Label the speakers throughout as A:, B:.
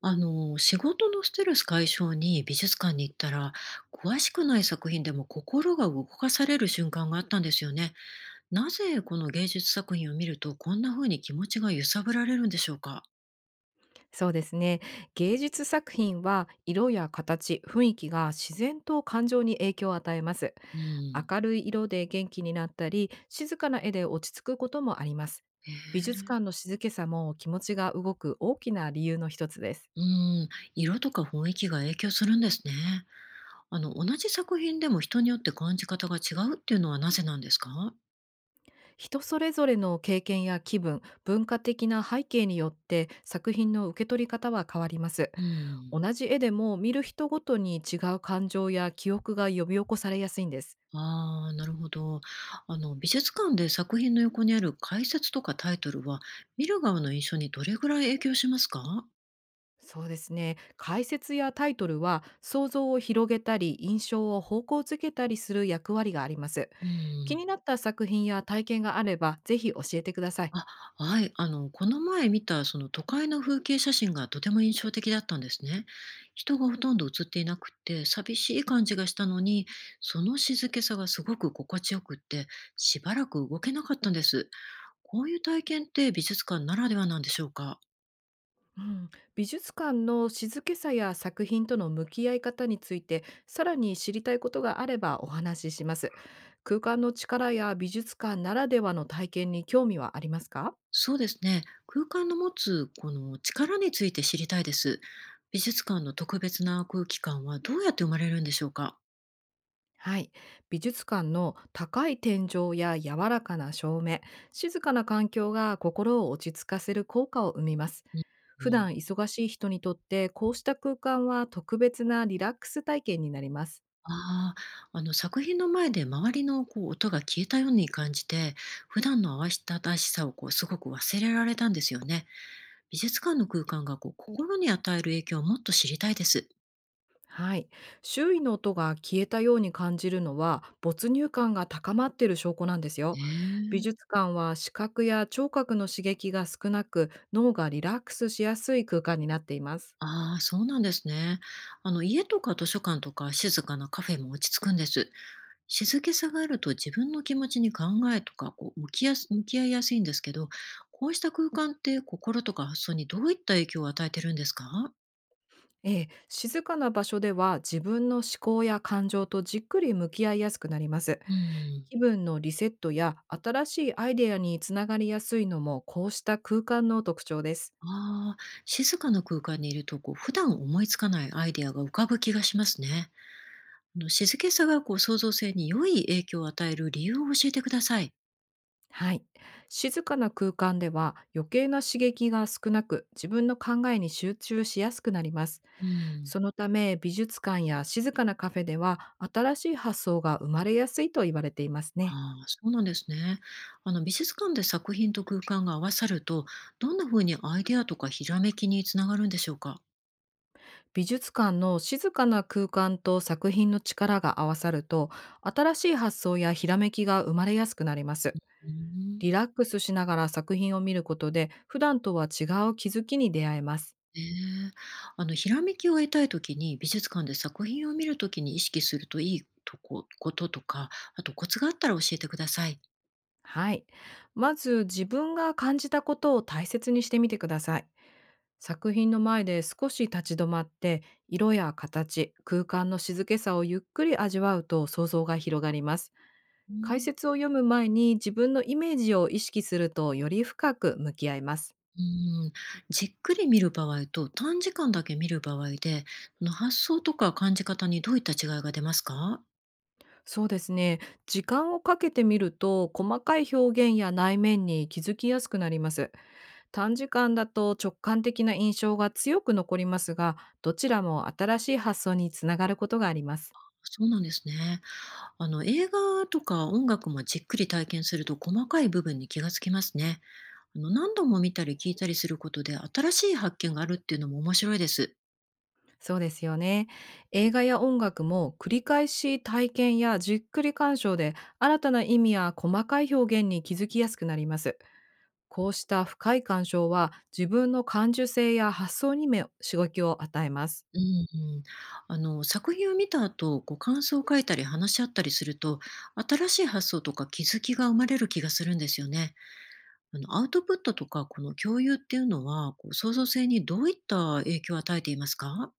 A: 仕事のストレス解消に美術館に行ったら、詳しくない作品でも心が動かされる瞬間があったんですよね。なぜこの芸術作品を見るとこんな風に気持ちが揺さぶられるんでしょうか。
B: そうですね。芸術作品は色や形、雰囲気が自然と感情に影響を与えます。
A: うん。
B: 明るい色で元気になったり、静かな絵で落ち着くこともあります。
A: へ
B: 美
A: え。
B: 術館の静けさも気持ちが動く大きな理由の一つです。
A: うん、色とか雰囲気が影響するんですね。同じ作品でも人によって感じ方が違うっていうのはなぜなんですか？
B: 人それぞれの経験や気分、文化的な背景によって作品の受け取り方は変わります。
A: うん。
B: 同じ絵でも見る人ごとに違う感情や記憶が呼び起こされやすいんです。
A: ああ、なるほど。美術館で作品の横にある解説とかタイトルは、見る側の印象にどれぐらい影響しますか？
B: そうですね。解説やタイトルは想像を広げたり印象を方向づけたりする役割があります。
A: う
B: 気
A: ん。
B: になった作品や体験があればぜひ教えてください。
A: あ、はい。あの、この前見た、その都会の風景写真がとても印象的だったんですね。人がほとんど写っていなくて、寂しい感じがしたのに、その静けさがすごく心地よくって、しばらく動けなかったんです。こういう体験って美術館ならではなんでしょうか？
B: うん、美術館の静けさや作品との向き合い方についてさらに知りたいことがあればお話しします。空間の力や美術館ならではの体験に興味はありますか？
A: そうですね。空間の持つこの力について知りたいです。美術館の特別な空気感はどうやって生まれるんでしょうか。
B: はい。美術館の高い天井や柔らかな照明、静かな環境が心を落ち着かせる効果を生みます。
A: うん。う
B: 普
A: ん。
B: 段忙しい人にとって、こうした空間は特別なリラックス体験になります。
A: ああ、あの作品の前で周りの音が消えたように感じて、普段の慌ただしさをすごく忘れられたんですよね。美術館の空間が心に与える影響をもっと知りたいです。
B: はい。周囲の音が消えたように感じるのは、没入感が高まっている証拠なんです
A: え
B: よ。美
A: え。
B: 術館は視覚や聴覚の刺激が少なく、脳がリラックスしやすい空間になっています。
A: ああ、そうなんですね。あの家とか図書館とか静かなカフェも落ち着くんです。静けさがあると自分の気持ちに考えとか向き合いやすいんですけど、こうした空間って心とか発想にどういった影響を与えてるんですか？
B: ええ、静かな場所では自分の思考や感情とじっくり向き合いやすくなります。
A: うん。
B: 気分のリセットや新しいアイデアにつながりやすいのもこうした空間の特徴です。
A: ああ、静かな空間にいると、普段思いつかないアイデアが浮かぶ気がしますね。あの静けさが創造性に良い影響を与える理由を教えてください。
B: はい。静かな空間では余計な刺激が少なく、自分の考えに集中しやすくなります。
A: うん。
B: そのため、美術館や静かなカフェでは新しい発想が生まれやすいと言われていますね。
A: ああ、そうなんですね。あの美術館で作品と空間が合わさると、どんな風にアイデアとかひらめきにつながるんでしょうか？
B: 美術館の静かな空間と作品の力が合わさると、新しい発想やひらめきが生まれやすくなります。
A: うん。
B: リラックスしながら作品を見ることで、普段とは違う気づきに出会えます。
A: ええ。あの、ひらめきを得たいときに、美術館で作品を見るときに意識するといいとここととか、あとコツがあったら教えてください。
B: はい。まず自分が感じたことを大切にしてみてください。作品の前で少し立ち止まって、色や形、空間の静けさをゆっくり味わうと想像が広がります。
A: う
B: 解
A: ん。
B: 説を読む前に自分のイメージを意識すると、より深く向き合います。
A: うん、じっくり見る場合と短時間だけ見る場合で、その発想とか感じ方にどういった違いが出ますか？
B: そうですね。時間をかけてみると、細かい表現や内面に気づきやすくなります。短時間だと直感的な印象が強く残りますが、どちらも新しい発想につながることがあります。
A: そうなんですね。あの、映画とか音楽もじっくり体験すると細かい部分に気がつきますね。あの、何度も見たり聞いたりすることで新しい発見があるっていうのも面白いです。
B: そうですよね。映画や音楽も繰り返し体験やじっくり鑑賞で、新たな意味や細かい表現に気づきやすくなります。こうした深い鑑賞は、自分の感受性や発想にも刺激を与えます。
A: うん。うん、あの作品を見た後、感想を書いたり話し合ったりすると、新しい発想とか気づきが生まれる気がするんですよね。あのアウトプットとかこの共有っていうのは、創造性にどういった影響を与えていますか？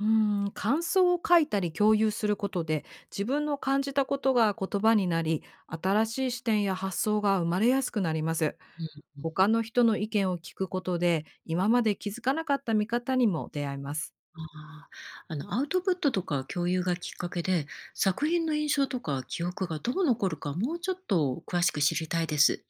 B: 感想を書いたり共有することで、自分の感じたことが言葉になり、新しい視点や発想が生まれやすくなります。
A: うん。うん、
B: 他の人の意見を聞くことで、今まで気づかなかった見方にも出会えます。
A: ああ、あのアウトプットとか共有がきっかけで、作品の印象とか記憶がどう残るか、もうちょっと詳しく知りたいです。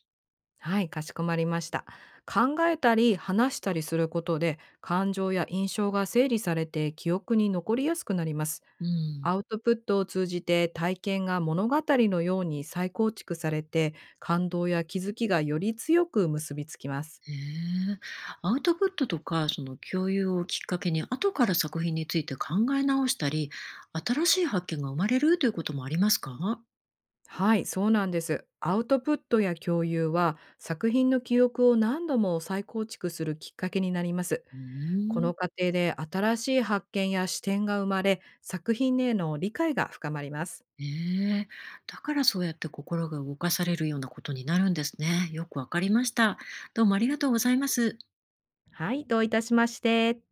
B: はい、かしこまりました。考えたり話したりすることで、感情や印象が整理されて記憶に残りやすくなります。
A: うん。
B: アウトプットを通じて体験が物語のように再構築されて、感動や気づきがより強く結びつきます。
A: へえ。アウトプットとか、その共有をきっかけに、後から作品について考え直したり、新しい発見が生まれるということもありますか？
B: はい、そうなんです。アウトプットや共有は作品の記憶を何度も再構築するきっかけになります。
A: う
B: こ
A: ー
B: の
A: ん。
B: 過程で新しい発見や視点が生まれ、作品への理解が深まります。
A: ええ。だからそうやって心が動かされるようなことになるんですね。よくわかりました。どうもありがとうございます。
B: はい、どういたしまして。